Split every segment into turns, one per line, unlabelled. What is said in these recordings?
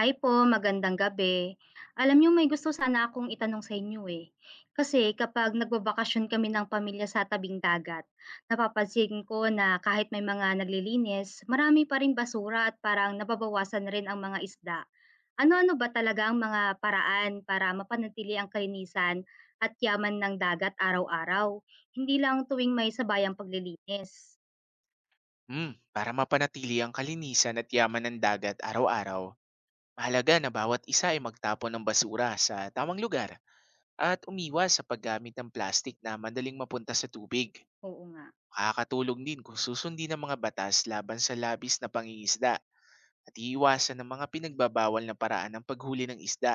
Hi po, magandang gabi. Alam niyo may gusto sana akong itanong sa inyo, eh. Kasi kapag nagbabakasyon kami ng pamilya sa tabing dagat, napapansin ko na kahit may mga naglilinis, marami pa ring basura at parang nababawasan rin ang mga isda. Ano-ano ba talaga ang mga paraan para mapanatili ang kalinisan at yaman ng dagat araw-araw? Hindi lang tuwing may sabayang paglilinis.
Para mapanatili ang kalinisan at yaman ng dagat araw-araw, mahalaga na bawat isa ay magtapon ng basura sa tamang lugar at umiwas sa paggamit ng plastik na madaling mapunta sa tubig.
Oo nga,
Makakatulong din kung susundin ang mga batas laban sa labis na pangingisda at iiwasan ng mga pinagbabawal na paraan ng paghuli ng isda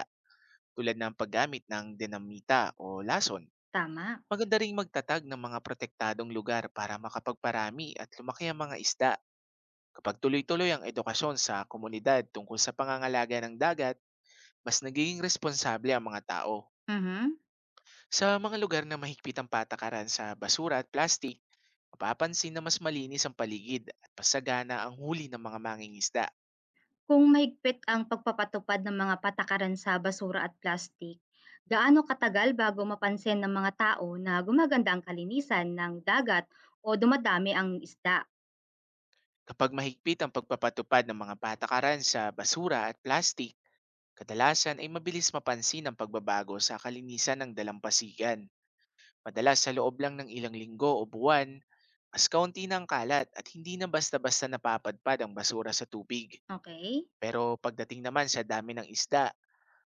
tulad ng paggamit ng dinamita o lason.
tama.
Maganda ring magtatag ng mga protektadong lugar para makapagparami at lumaki ang mga isda. Kapag tuloy-tuloy ang edukasyon sa komunidad tungkol sa pangangalaga ng dagat, mas nagiging responsable ang mga tao.
Mhm.
Sa mga lugar na mahigpit ang patakaran sa basura at plastic, mapapansin na mas malinis ang paligid at pasagana ang huli ng mga mangingisda.
Kung mahigpit ang pagpapatupad ng mga patakaran sa basura at plastik, gaano katagal bago mapansin ng mga tao na gumaganda ang kalinisan ng dagat o dumadami ang isda?
Kapag mahigpit ang pagpapatupad ng mga patakaran sa basura at plastic, kadalasan ay mabilis mapansin ang pagbabago sa kalinisan ng dalampasigan. Madalas sa loob lang ng ilang linggo o buwan, mas kaunti ng kalat at hindi na basta-basta napapadpad ang basura sa tubig.
Okay?
Pero pagdating naman sa dami ng isda,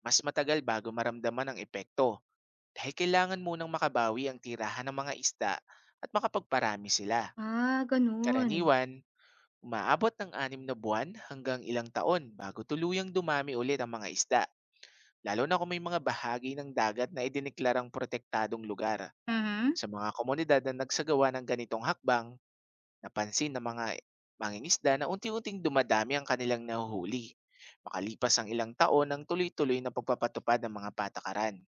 mas matagal bago maramdaman ang epekto dahil kailangan munang makabawi ang tirahan ng mga isda at makapagparami sila.
Ah, ganun.
Karaniwan, umaabot ng 6 na buwan hanggang ilang taon bago tuluyang dumami ulit ang mga isda, lalo na kung may mga bahagi ng dagat na idineklarang protektadong lugar.
Mhm.
Sa mga komunidad na nagsagawa ng ganitong hakbang, napansin ng mga mangingisda na unti-unting dumadami ang kanilang nahuhuli. Makalipas ang ilang taon ng tuloy-tuloy na pagpapatupad ng mga patakaran.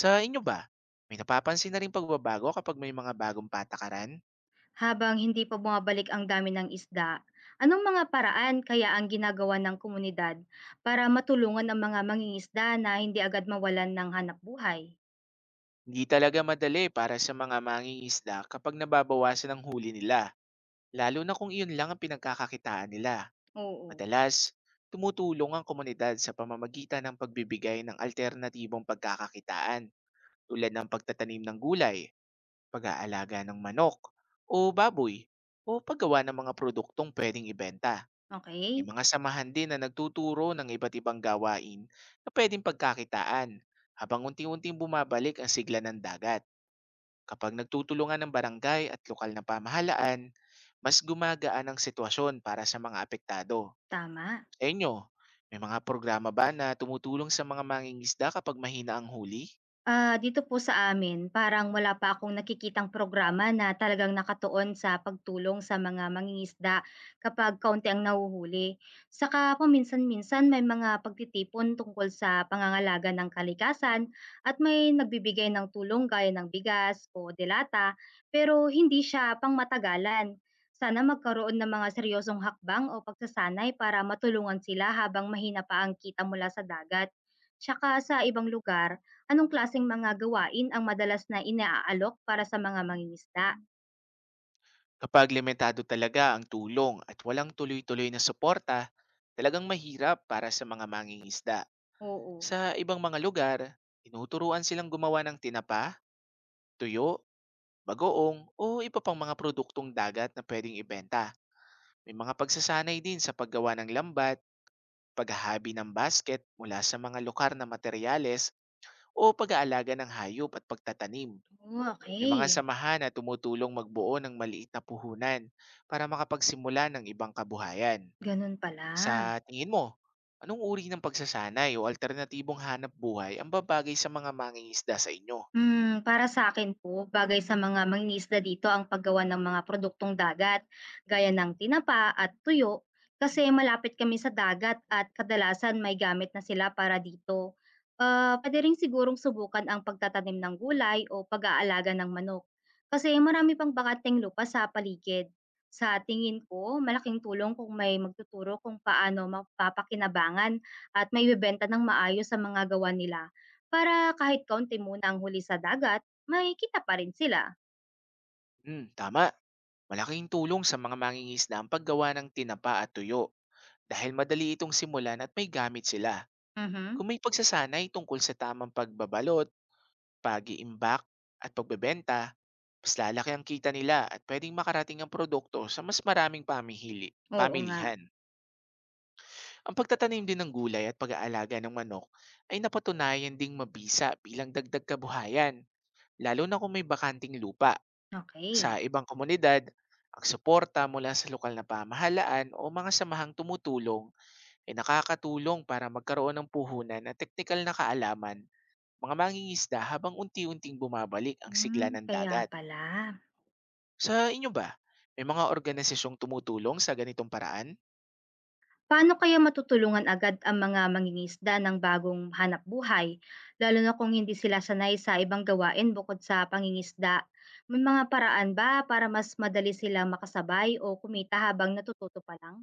Sa inyo ba, may napapansin na rin pagbabago kapag may mga bagong patakaran?
Habang hindi pa bumabalik ang dami ng isda, anong mga paraan kaya ang ginagawa ng komunidad para matulungan ang mga mangingisda na hindi agad mawalan ng hanap buhay?
Hindi talaga madali para sa mga mangingisda kapag nababawasan ang huli nila, lalo na kung iyon lang ang pinagkakakitaan nila.
Oo.
Madalas, tumutulong ang komunidad sa pamamagitan ng pagbibigay ng alternatibong pagkakakitaan tulad ng pagtatanim ng gulay, pag-aalaga ng manok o baboy, o paggawa ng mga produktong pwedeng ibenta. May
Okay?
mga samahan din na nagtuturo ng iba't ibang gawain na pwedeng pagkakitaan habang unti-unting bumabalik ang sigla ng dagat. Kapag nagtutulungan ng barangay at lokal na pamahalaan, mas gumagaan ang sitwasyon para sa mga apektado.
Tama.
Enyo, may mga programa ba na tumutulong sa mga mangingisda kapag mahina ang huli?
Ah, dito po sa amin parang wala pa akong nakikitang programa na talagang nakatuon sa pagtulong sa mga mangingisda kapag kaunti ang nahuhuli. Saka paminsan-minsan may mga pagtitipon tungkol sa pangangalaga ng kalikasan at may nagbibigay ng tulong gaya ng bigas o delata pero hindi siya pangmatagalan. Sana magkaroon ng mga seryosong hakbang o pagsasanay para matulungan sila habang mahina pa ang kita mula sa dagat. Tsaka sa ibang lugar, anong klaseng mga gawain ang madalas na inaalok para sa mga mangingisda?
Kapag limitado talaga ang tulong at walang tuloy-tuloy na suporta, talagang mahirap para sa mga mangingisda.
Oo.
Sa ibang mga lugar, tinuturuan silang gumawa ng tinapa, tuyo, bagoong o iba pang mga produktong dagat na pwedeng ibenta. May mga pagsasanay din sa paggawa ng lambat, paghahabi ng basket mula sa mga lokar na materyales, o pag-aalaga ng hayop at pagtatanim.
Oh,
May mga
okey,
samahan na tumutulong magbuo ng maliit na puhunan para makapagsimula ng ibang kabuhayan.
gano'n pala.
Sa tingin mo, anong uri ng pagsasanay o alternatibong hanap buhay ang babagay sa mga mangingisda sa inyo?
Para sa akin po, bagay sa mga mangingisda dito ang paggawa ng mga produktong dagat, gaya ng tinapa at tuyo, kasi malapit kami sa dagat at kadalasan may gamit na sila para dito. Ah, puwede rin sigurong subukan ang pagtatanim ng gulay o pag-aalaga ng manok, kasi marami pang bakanteng lupa sa paligid. Sa tingin ko, malaking tulong kung may magtuturo kung paano mapapakinabangan at may maibebenta ng maayos sa mga gawa nila. Para kahit kaunti muna ang huli sa dagat, may kita pa rin sila.
Hmm, tama. Malaking tulong sa mga mangingisda ang paggawa ng tinapa at tuyo dahil madali itong simulan at may gamit sila.
Mhm.
Kung may pagsasanay tungkol sa tamang pagbabalot, pag-iimbak at pagbebenta, mas lalaki ang kita nila at pwedeng makarating ang produkto sa mas maraming
Oo nga.
pamilihan. Ang pagtatanim din ng gulay at pag-aalaga ng manok ay napatunayan ding mabisa bilang dagdag kabuhayan, lalo na kung may bakanting lupa.
Okay.
Sa ibang komunidad, ang suporta mula sa lokal na pamahalaan o mga samahang tumutulong ay nakakatulong para magkaroon ng puhunan at teknikal na kaalaman mga mangingisda habang unti-unting bumabalik ang sigla ng
Kaya
dagat.
pala.
Sa inyo ba, may mga organisasyong tumutulong sa ganitong paraan?
Paano kaya matutulungan agad ang mga mangingisda ng bagong hanap buhay, lalo na kung hindi sila sanay sa ibang gawain bukod sa pangingisda? May mga paraan ba para mas madali sila makasabay o kumita habang natututo pa lang?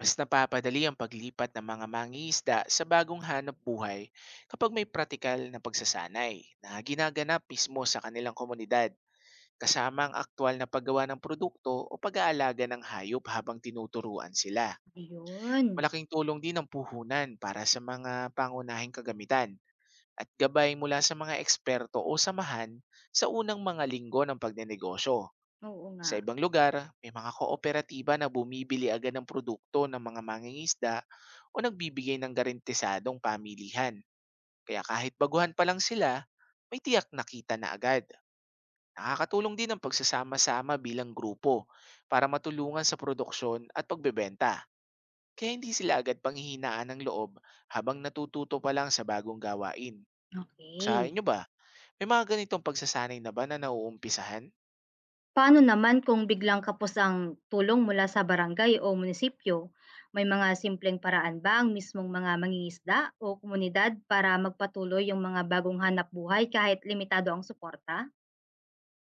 Mas napapadali ang paglipat ng mga mangingisda sa bagong hanap buhay kapag may pratikal na pagsasanay na ginaganap mismo sa kanilang komunidad, kasama ang aktwal na paggawa ng produkto o pag-aalaga ng hayop habang tinuturuan sila.
Ayun,
Malaking tulong din ang puhunan para sa mga pangunahing kagamitan at gabay mula sa mga eksperto o samahan sa unang mga linggo ng pagnenegosyo.
oo nga,
Sa ibang lugar, may mga kooperatiba na bumibili agad ng produkto ng mga mangingisda o nagbibigay ng garantisadong pamilihan. Kaya kahit baguhan pa lang sila, may tiyak nakita na agad. Nakakatulong din ang pagsasama-sama bilang grupo para matulungan sa produksyon at pagbebenta. Kaya hindi sila agad panghihinaan ng loob habang natututo pa lang sa bagong gawain. Sa
okay.
inyo ba, may mga ganitong pagsasanay na ba na nauumpisahan?
Paano naman kung biglang kapos ang tulong mula sa barangay o munisipyo? May mga simpleng paraan ba ang mismong mga mangingisda o komunidad para magpatuloy yung mga bagong hanap buhay kahit limitado ang suporta?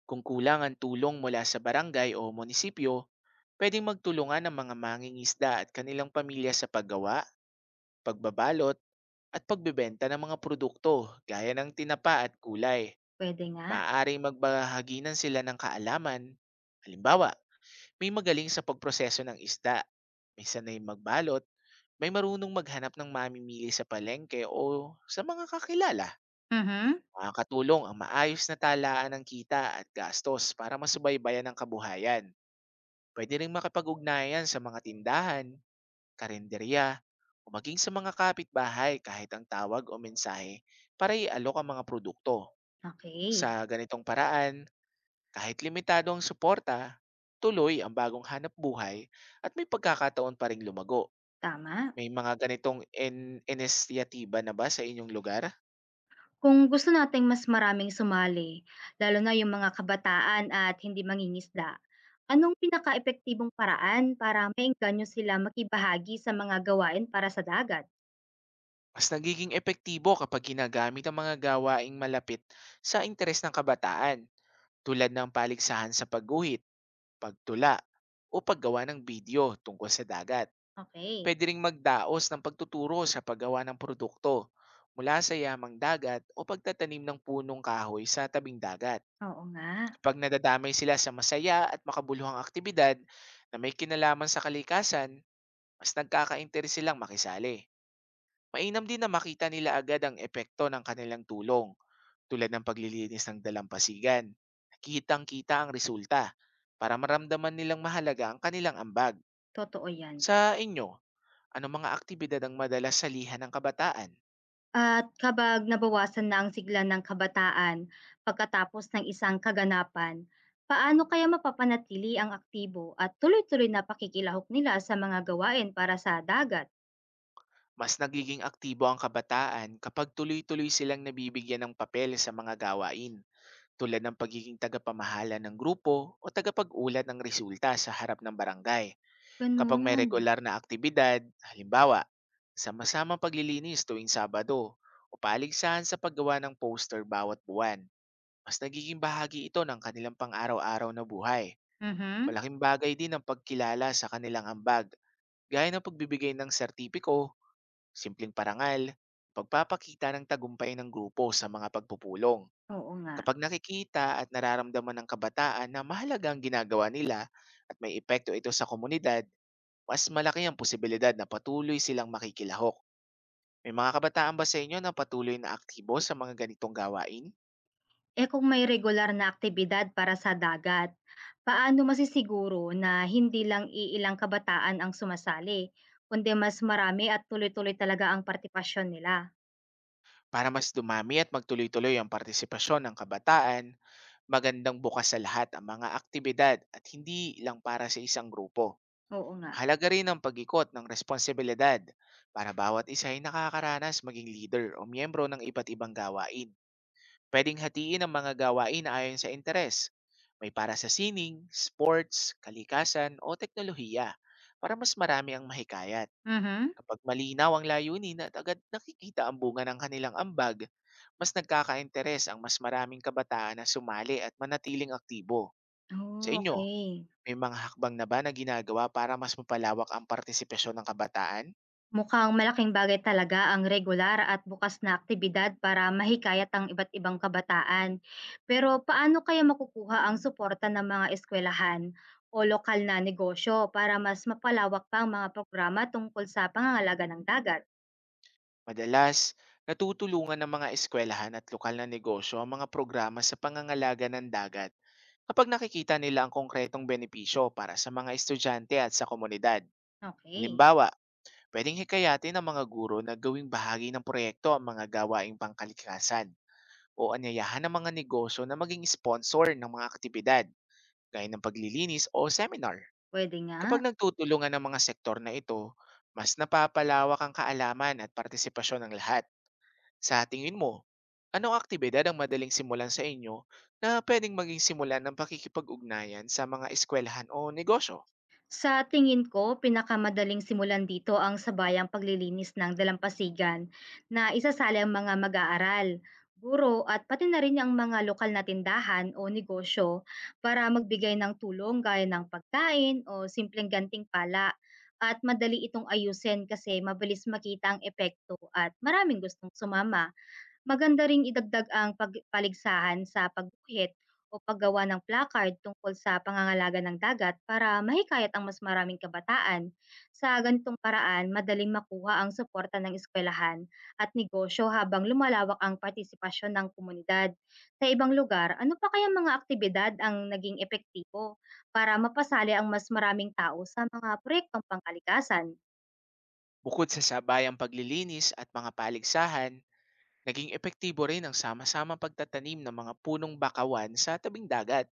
Kung kulang ang tulong mula sa barangay o munisipyo, pwedeng magtulungan ang mga mangingisda at kanilang pamilya sa paggawa, pagbabalot, at pagbebenta ng mga produkto gaya ng tinapa at kulay.
Pwede nga.
Maaaring magbahaginan sila ng kaalaman. Halimbawa, may magaling sa pagproseso ng isda, may sanay magbalot, may marunong maghanap ng mamimili sa palengke o sa mga kakilala.
Mhm.
Makakatulong ang maayos na talaan ng kita at gastos para masubaybayan ang kabuhayan. Pwede rin makipag-ugnayan sa mga tindahan, karinderya, o maging sa mga kapitbahay kahit ang tawag o mensahe para ialok ang mga produkto.
Okay,
Sa ganitong paraan, kahit limitado ang suporta, tuloy ang bagong hanap buhay at may pagkakataon pa ring lumago.
tama.
May mga ganitong inisyatiba na ba sa inyong lugar?
Kung gusto nating mas maraming sumali, lalo na yung mga kabataan at hindi mangingisda, anong pinaka-epektibong paraan para maengganyo sila makibahagi sa mga gawain para sa dagat?
Mas nagiging epektibo kapag ginagamit ang mga gawaing malapit sa interes ng kabataan tulad ng paligsahan sa pagguhit, pagtula, o paggawa ng video tungkol sa dagat.
Okay,
Pwede ring magdaos ng pagtuturo sa paggawa ng produkto mula sa yamang dagat o pagtatanim ng punong kahoy sa tabing dagat.
oo nga.
Kapag nadadamay sila sa masaya at makabuluhang aktibidad na may kinalaman sa kalikasan, mas nagkakainteres silang makisali. Mainam din na makita nila agad ang epekto ng kanilang tulong tulad ng paglilinis ng dalampasigan. Kitang-kita ang resulta para maramdaman nilang mahalaga ang kanilang ambag.
Totoo 'yan.
Sa inyo, ano mga aktibidad ang madalas salihan ng kabataan?
At kapag nabawasan na ang sigla ng kabataan pagkatapos ng isang kaganapan, paano kaya mapapanatili ang aktibo at tuloy-tuloy na pakikilahok nila sa mga gawain para sa dagat?
Mas nagiging aktibo ang kabataan kapag tuloy-tuloy silang nabibigyan ng papel sa mga gawain tulad ng pagiging tagapamahala ng grupo o tagapag-ulat ng resulta sa harap ng barangay. Kapag may
Gano'n.
regular na aktibidad, halimbawa, sama-samang paglilinis tuwing Sabado o paligsahan sa paggawa ng poster bawat buwan, mas nagiging bahagi ito ng kanilang pang-araw-araw na buhay.
Mhm,
Malaking bagay din ang pagkilala sa kanilang ambag, gaya ng pagbibigay ng sertipiko, simpleng parangal, pagpapakita ng tagumpay ng grupo sa mga pagpupulong.
oo nga.
Kapag nakikita at nararamdaman ng kabataan na mahalaga ang ginagawa nila at may epekto ito sa komunidad, mas malaki ang posibilidad na patuloy silang makikilahok. May mga kabataan ba sa inyo na patuloy na aktibo sa mga ganitong gawain?
Eh kung may regular na aktibidad para sa dagat, paano masisiguro na hindi lang iilang kabataan ang sumasali, kundi mas marami at tuloy-tuloy talaga ang partipasyon nila?
Para mas dumami at magtuloy-tuloy ang partisipasyon ng kabataan, magandang bukas sa lahat ang mga aktibidad at hindi lang para sa isang grupo.
Oo nga.
Mahalaga rin ang pag-ikot ng responsibilidad para bawat isa ay nakakaranas maging leader o miyembro ng iba't ibang gawain. Pwedeng hatiin ang mga gawain na ayon sa interes. May para sa sining, sports, kalikasan o teknolohiya para mas marami ang mahikayat.
Mhm.
Kapag malinaw ang layunin at agad nakikita ang bunga ng kanilang ambag, mas nagkakainteres ang mas maraming kabataan na sumali at manatiling aktibo. Sa
Oh,
inyo,
okey.
may mga hakbang na ba na ginagawa para mas mapalawak ang partisipasyon ng kabataan?
Mukhang malaking bagay talaga ang regular at bukas na aktibidad para mahikayat ang iba't ibang kabataan. Pero paano kaya makukuha ang suporta ng mga eskwelahan o lokal na negosyo para mas mapalawak pa ang mga programa tungkol sa pangangalaga ng dagat?
Madalas, natutulungan ng mga eskwelahan at lokal na negosyo ang mga programa sa pangangalaga ng dagat kapag nakikita nila ang konkretong benepisyo para sa mga estudyante at sa komunidad.
Okay.
Halimbawa, pwedeng hikayatin ng mga guro na gawing bahagi ng proyekto ang mga gawaing pangkalikasan o anyayahan ng mga negosyo na maging sponsor ng mga aktibidad gaya ng paglilinis o seminar.
Puwede nga.
Kapag nagtutulungan ng mga sektor na ito, mas napapalawak ang kaalaman at partisipasyon ng lahat. Sa tingin mo, anong aktibidad ang madaling simulan sa inyo na pwedeng maging simulan ng pakikipag-ugnayan sa mga eskwelahan o negosyo?
Sa tingin ko, pinakamadaling simulan dito ang sabayang paglilinis ng dalampasigan na isasali ang mga mag-aaral, guro at pati na rin ang mga lokal na tindahan o negosyo para magbigay ng tulong gaya ng pagkain o simpleng gantimpala at madali itong ayusin kasi mabilis makita ang epekto at maraming gustong sumama. Maganda ring idagdag ang pag sa pagguhit o paggawa ng placard tungkol sa pangangalaga ng dagat para mahikayat ang mas maraming kabataan. Sa ganitong paraan, madaling makuha ang suporta ng eskwelahan at negosyo habang lumalawak ang partisipasyon ng komunidad. Sa ibang lugar, ano pa kaya mga aktibidad ang naging epektibo para mapasali ang mas maraming tao sa mga proyektong pangkalikasan?
Bukod sa sabayang paglilinis at mga paligsahan, naging epektibo rin ang sama-sama pagtatanim ng mga punong bakawan sa tabing dagat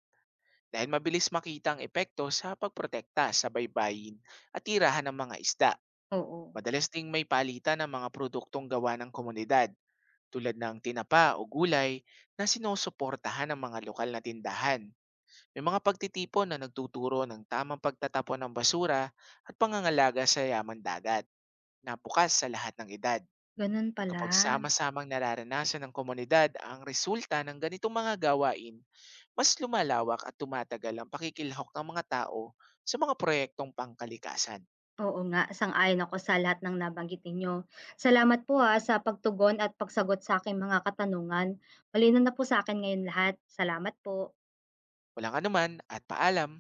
dahil mabilis makita ang epekto sa pagprotekta sa baybayin at tirahan ng mga isda.
Oo,
Madalas ding may palitan ng mga produktong gawa ng komunidad tulad ng tinapa o gulay na sinusuportahan ng mga lokal na tindahan. May mga pagtitipon na nagtuturo ng tamang pagtatapon ng basura at pangangalaga sa yaman dagat na bukas sa lahat ng edad.
ganun pala.
Kapag sama-samang nararanasan ng komunidad ang resulta ng ganitong mga gawain, mas lumalawak at tumatagal ang pakikilhok ng mga tao sa mga proyektong pangkalikasan.
Oo nga, sang-ayon ako sa lahat ng nabanggit ninyo. Salamat po ha, sa pagtugon at pagsagot sa aking mga katanungan. Malinaw na po sa akin ngayon lahat. Salamat po.
Walang anuman at paalam!